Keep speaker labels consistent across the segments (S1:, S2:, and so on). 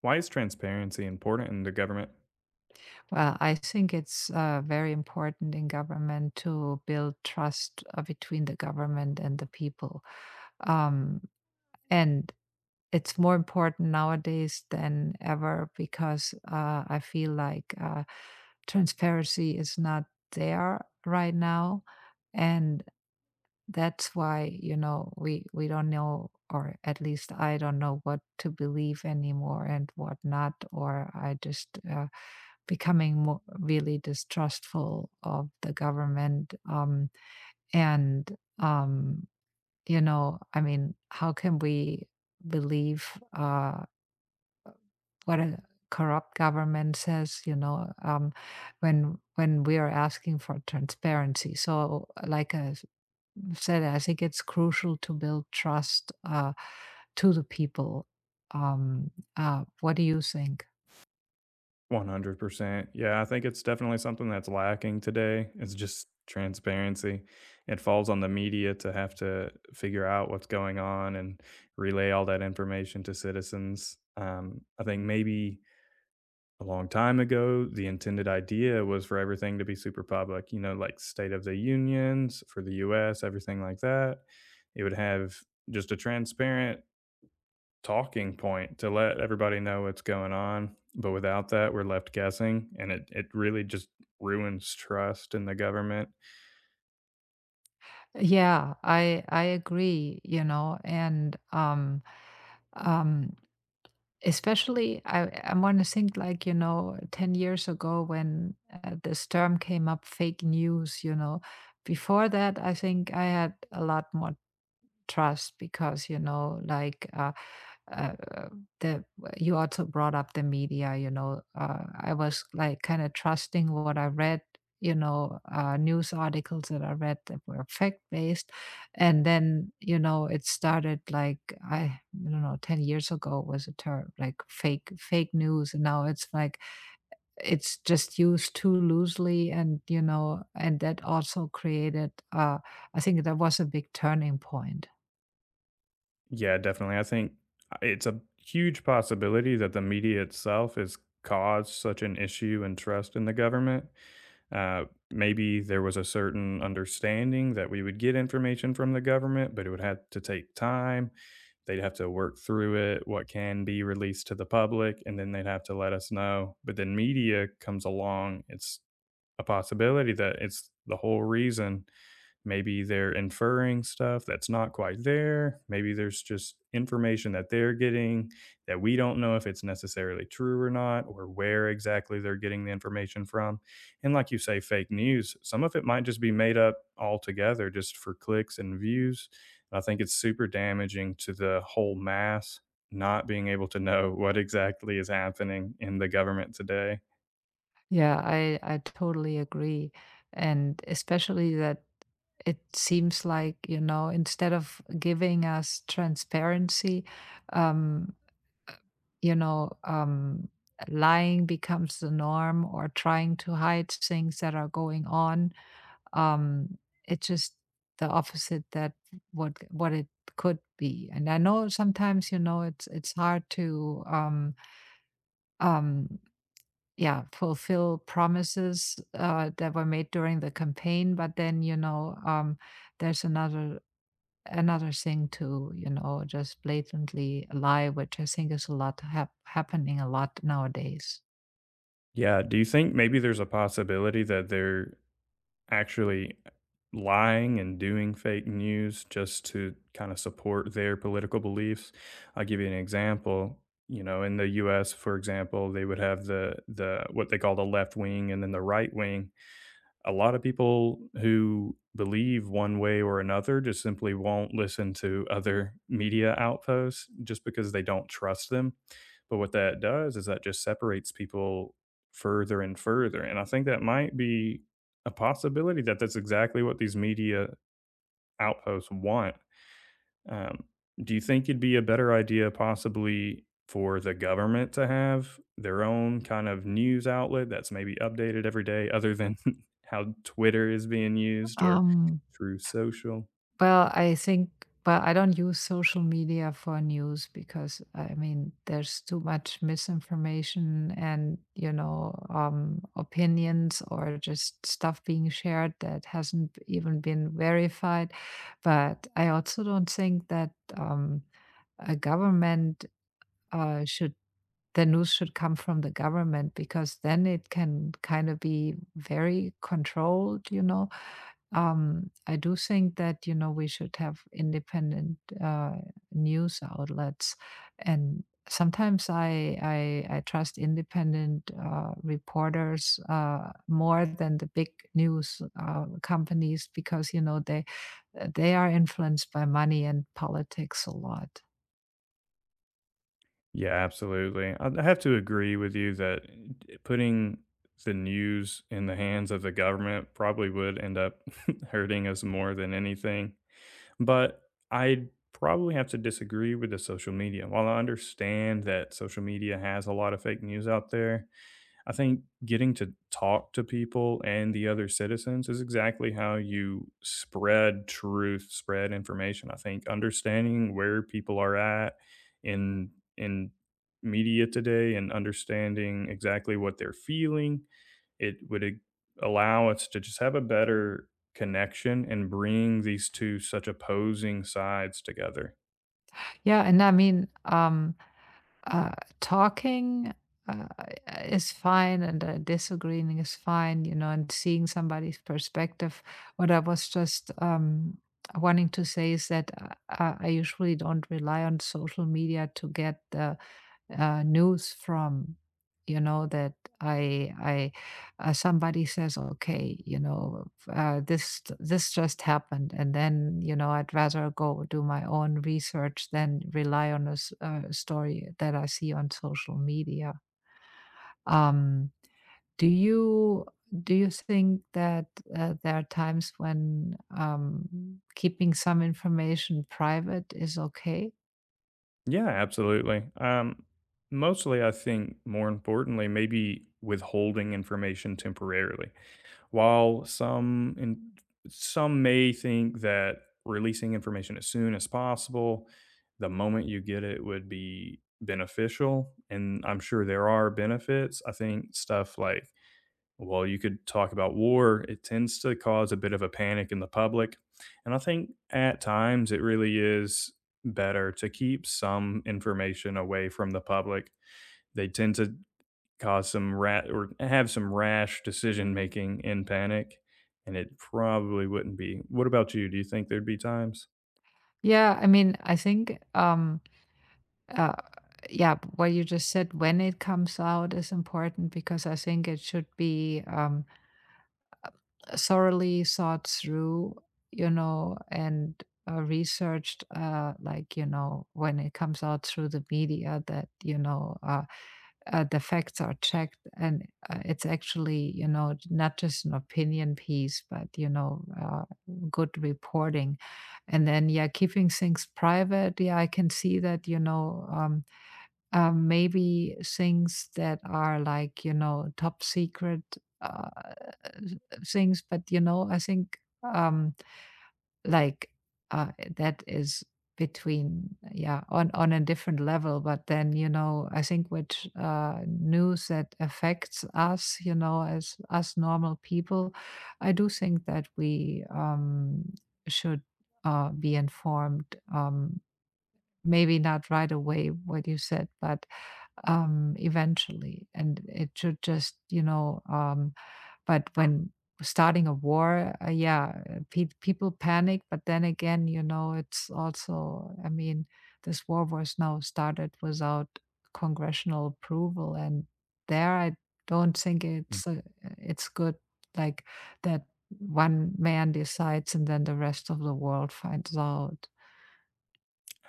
S1: Why is transparency important in the government?
S2: Well, I think it's very important in government to build trust between the government and the people. Um, and it's more important nowadays than ever because I feel like transparency is not there right now. And that's why, you know, we don't know, or at least I don't know what to believe anymore and what not. Or I just, becoming more, really distrustful of the government. And, um, you know, I mean, how can we believe uh, what a corrupt government says, you know, when we are asking for transparency. So, like I said, I think it's crucial to build trust to the people. Um, what do you think?
S1: 100%. Yeah, I think it's definitely something that's lacking today. It's just transparency. It falls on the media to have to figure out what's going on and relay all that information to citizens. I think maybe a long time ago, the intended idea was for everything to be super public, you know, like State of the Unions for the US, everything like that. It would have just a transparent talking point to let everybody know what's going on, but without that, we're left guessing, and it really just ruins trust in the government.
S2: Yeah, I agree, you know. And Um, Especially, I want to think like, you know, 10 years ago when this term came up, fake news, you know. Before that, I think I had a lot more trust because, you know, like, uh, uh, the, you also brought up the media, you know. I was like kind of trusting what I read, you know, news articles that I read that were fact based. And then, you know, it started like, I don't know, 10 years ago was a term like fake news. And now it's like, it's just used too loosely, and you know, and that also created, I think that was a big turning point.
S1: Yeah, definitely. I think it's a huge possibility that the media itself has caused such an issue and trust in the government. Uh, Maybe there was a certain understanding that we would get information from the government, but it would have to take time. They'd have to work through it, what can be released to the public, and then they'd have to let us know. But then media comes along. It's a possibility that it's the whole reason. Maybe they're inferring stuff that's not quite there. Maybe there's just information that they're getting that we don't know if it's necessarily true or not, or where exactly they're getting the information from. And like you say, fake news, some of it might just be made up altogether just for clicks and views. I think it's super damaging to the whole mass not being able to know what exactly is happening in the government today.
S2: Yeah, I totally agree. And especially that it seems like, you know, instead of giving us transparency, um, uh, you know, lying becomes the norm, or trying to hide things that are going on. Um, it's just the opposite that what it could be. And I know sometimes, you know, it's hard to, um yeah, fulfill promises that were made during the campaign. But then, you know, there's another thing to, you know, just blatantly lie, which I think is a lot happening a lot nowadays.
S1: Yeah. Do you think maybe there's a possibility that there actually lying and doing fake news just to kind of support their political beliefs? I'll give you an example. You know, in the US, for example, they would have the what they call the left wing and then the right wing. A lot of people who believe one way or another just simply won't listen to other media outposts just because they don't trust them. But what that does is that just separates people further and further. And I think that might be a possibility that that's exactly what these media outposts want. um, do you think it'd be a better idea possibly for the government to have their own kind of news outlet that's maybe updated every day other than how Twitter is being used or
S2: Um,
S1: through social?
S2: Well, I think, well, I don't use social media for news because I mean, there's too much misinformation and, you know, opinions or just stuff being shared that hasn't even been verified. But I also don't think that um, a government should the news should come from the government, because then it can kind of be very controlled, you know. I do think that, you know, we should have independent uh, news outlets. And sometimes I trust independent reporters more than the big news companies because, you know, they are influenced by money and politics a lot.
S1: Yeah, absolutely. I have to agree with you that putting the news in the hands of the government probably would end up hurting us more than anything. But I probably have to disagree with the social media. While I understand that social media has a lot of fake news out there, I think getting to talk to people and the other citizens is exactly how you spread truth, spread information. I think understanding where people are at in in media today and understanding exactly what they're feeling, it would allow us to just have a better connection and bring these two such opposing sides together.
S2: Yeah. And I mean, Uh, talking uh, is fine, and disagreeing is fine, you know, and seeing somebody's perspective. What I was just wanting to say is that I usually don't rely on social media to get the news from, you know, that I somebody says, okay, you know, this just happened. And then, you know, I'd rather go do my own research than rely on a story that I see on social media. um do you, do you think that there are times when keeping some information private is okay?
S1: Yeah, absolutely. Mostly, I think more importantly, maybe withholding information temporarily. While some in, some may think that releasing information as soon as possible, the moment you get it would be beneficial, and I'm sure there are benefits. I think stuff like, well, you could talk about war. It tends to cause a bit of a panic in the public. And I think at times it really is better to keep some information away from the public. They tend to cause some rat or have some rash decision making in panic. And it probably wouldn't be. What about you? Do you think there'd be times?
S2: Yeah, I mean, I think, Uh, yeah, what you just said, when it comes out is important because I think it should be thoroughly thought through, you know, and researched, like, you know, when it comes out through the media, that, you know, the facts are checked, and it's actually, you know, not just an opinion piece, but, you know, good reporting. And then, yeah, keeping things private, yeah, I can see that, you know, maybe things that are like, you know, top secret uh, things. But you know, I think, um like uh, that is between, yeah, on a different level. But then, you know, I think which news that affects us, you know, as us normal people, I do think that we should be informed, um maybe not right away, what you said, but eventually, and it should just, you know. But when starting a war, yeah, people panic. But then again, you know, it's also, I mean, this war was now started without congressional approval, and there I don't think it's good, like, that one man decides and then the rest of the world finds out.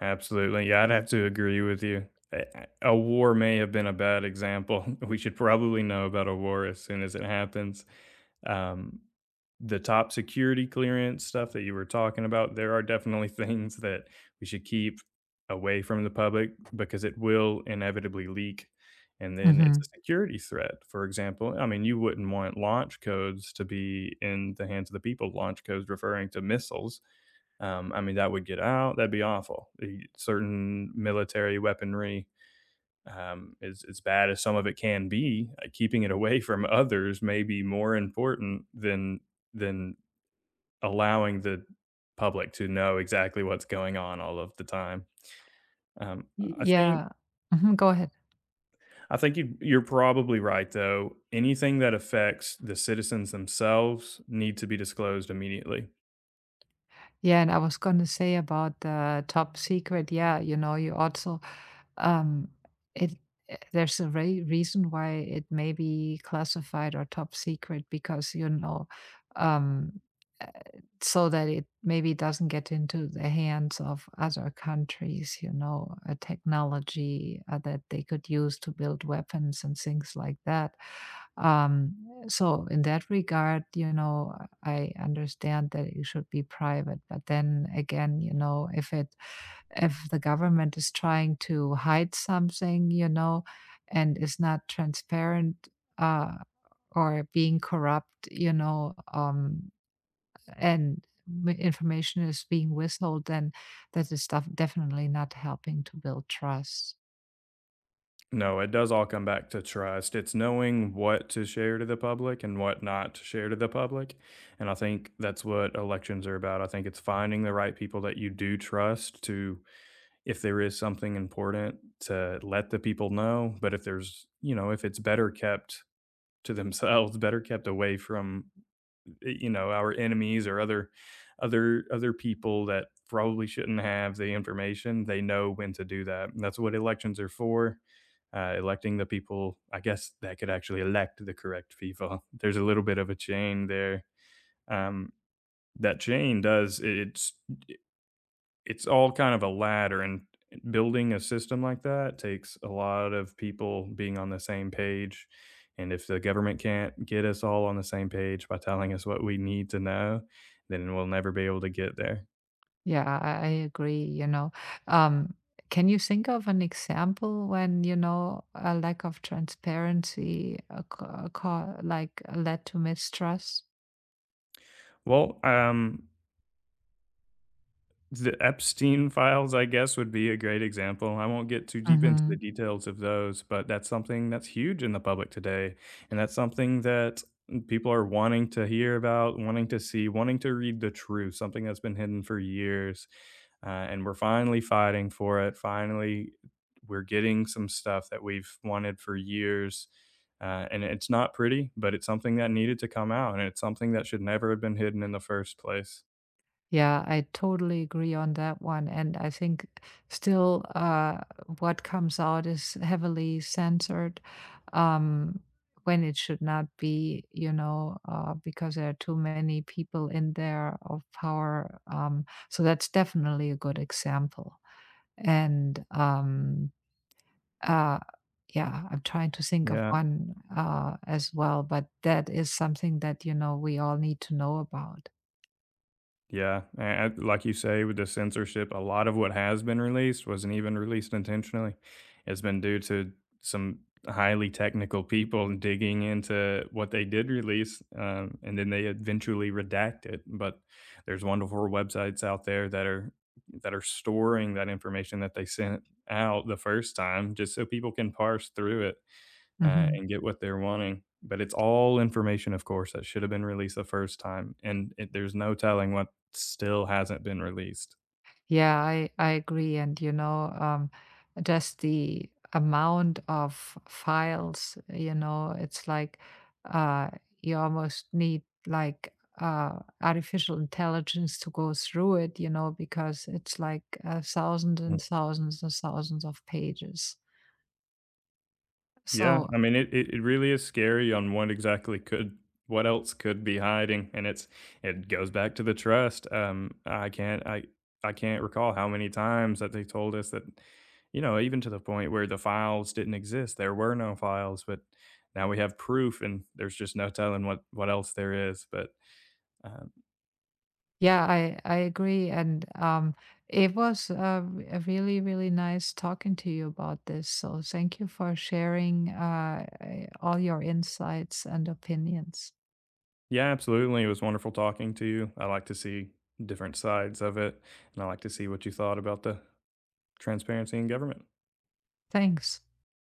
S1: Absolutely. Yeah, I'd have to agree with you. A war may have been a bad example. We should probably know about a war as soon as it happens. Um, the top security clearance stuff that you were talking about, there are definitely things that we should keep away from the public because it will inevitably leak. And then it's a
S2: Hmm.
S1: security threat. For example, I mean, you wouldn't want launch codes to be in the hands of the people, launch codes referring to missiles. I mean, that would get out. That'd be awful. The certain military weaponry, as bad as some of it can be, keeping it away from others may be more important than allowing the public to know exactly what's going on all of the time. Um,
S2: Y-
S1: I think
S2: Yeah. Mhm, go ahead.
S1: I think you're probably right though. Anything that affects the citizens themselves need to be disclosed immediately.
S2: Yeah, and I was gonna say about the top secret. Yeah, you know, you also, um, it there's a re reason why it may be classified or top secret, because you know, um, uh, so that it maybe doesn't get into the hands of other countries. You know, a technology that they could use to build weapons and things like that. Um, so in that regard, you know, I understand that it should be private, but then again, you know, if it, if the government is trying to hide something, you know, and is not transparent, uh, or being corrupt, you know, and information is being withheld, then that is stuff definitely not helping to build trust.
S1: No, it does all come back to trust. It's knowing what to share to the public and what not to share to the public. And I think that's what elections are about. I think it's finding the right people that you do trust to, if there is something important, to let the people know. But if there's, you know, if it's better kept to themselves, better kept away from you know, our enemies or other other other people that probably shouldn't have the information. They know when to do that, and that's what elections are for, electing the people, I guess, that could actually elect the correct people. There's a little bit of a chain there. um, that chain does, it's all kind of a ladder, and building a system like that takes a lot of people being on the same page, and if the government can't get us all on the same page by telling us what we need to know, then we'll never be able to get there.
S2: Yeah, I agree, you know. um, can you think of an example when, you know, a lack of transparency like led to mistrust?
S1: Well, the Epstein files, I guess, would be a great example. I won't get too deep into
S2: Hmm.
S1: the details of those, but that's something that's huge in the public today. And that's something that people are wanting to hear about, wanting to see, wanting to read the truth, something that's been hidden for years. And we're finally fighting for it. Finally, we're getting some stuff that we've wanted for years. And it's not pretty, but it's something that needed to come out. And it's something that should never have been hidden in the first place.
S2: Yeah, I totally agree on that one. And I think still, what comes out is heavily censored, um, when it should not be, you know, because there are too many people in there of power. So that's definitely a good example. And, uh, yeah, I'm trying to think of
S1: Yeah.
S2: one, as well, but that is something that, you know, we all need to know about.
S1: Yeah, like you say, with the censorship, a lot of what has been released wasn't even released intentionally. It's been due to some highly technical people digging into what they did release, and then they eventually redact it. But there's wonderful websites out there that are storing that information that they sent out the first time, just so people can parse through it
S2: Mhm.
S1: and get what they're wanting. But it's all information, of course, that should have been released the first time, and it, there's no telling what still hasn't been released.
S2: Yeah, I agree, and, you know, just the amount of files, you know, it's like, uh, you almost need, like, artificial intelligence to go through it, you know, because it's like, thousands
S1: Mm.
S2: and thousands and thousands of pages.
S1: Yeah,
S2: So,
S1: I mean, it, it really is scary on what exactly could what else could be hiding, and it's it goes back to the trust. I can't recall how many times that they told us that, you know, even to the point where the files didn't exist, there were no files, but now we have proof, and there's just no telling what else there is. But Um,
S2: yeah, I agree, and it was really really nice talking to you about this. So thank you for sharing all your insights and opinions.
S1: yeah, absolutely. It was wonderful talking to you. I like to see different sides of it, and I like to see what you thought about the transparency in government.
S2: Thanks.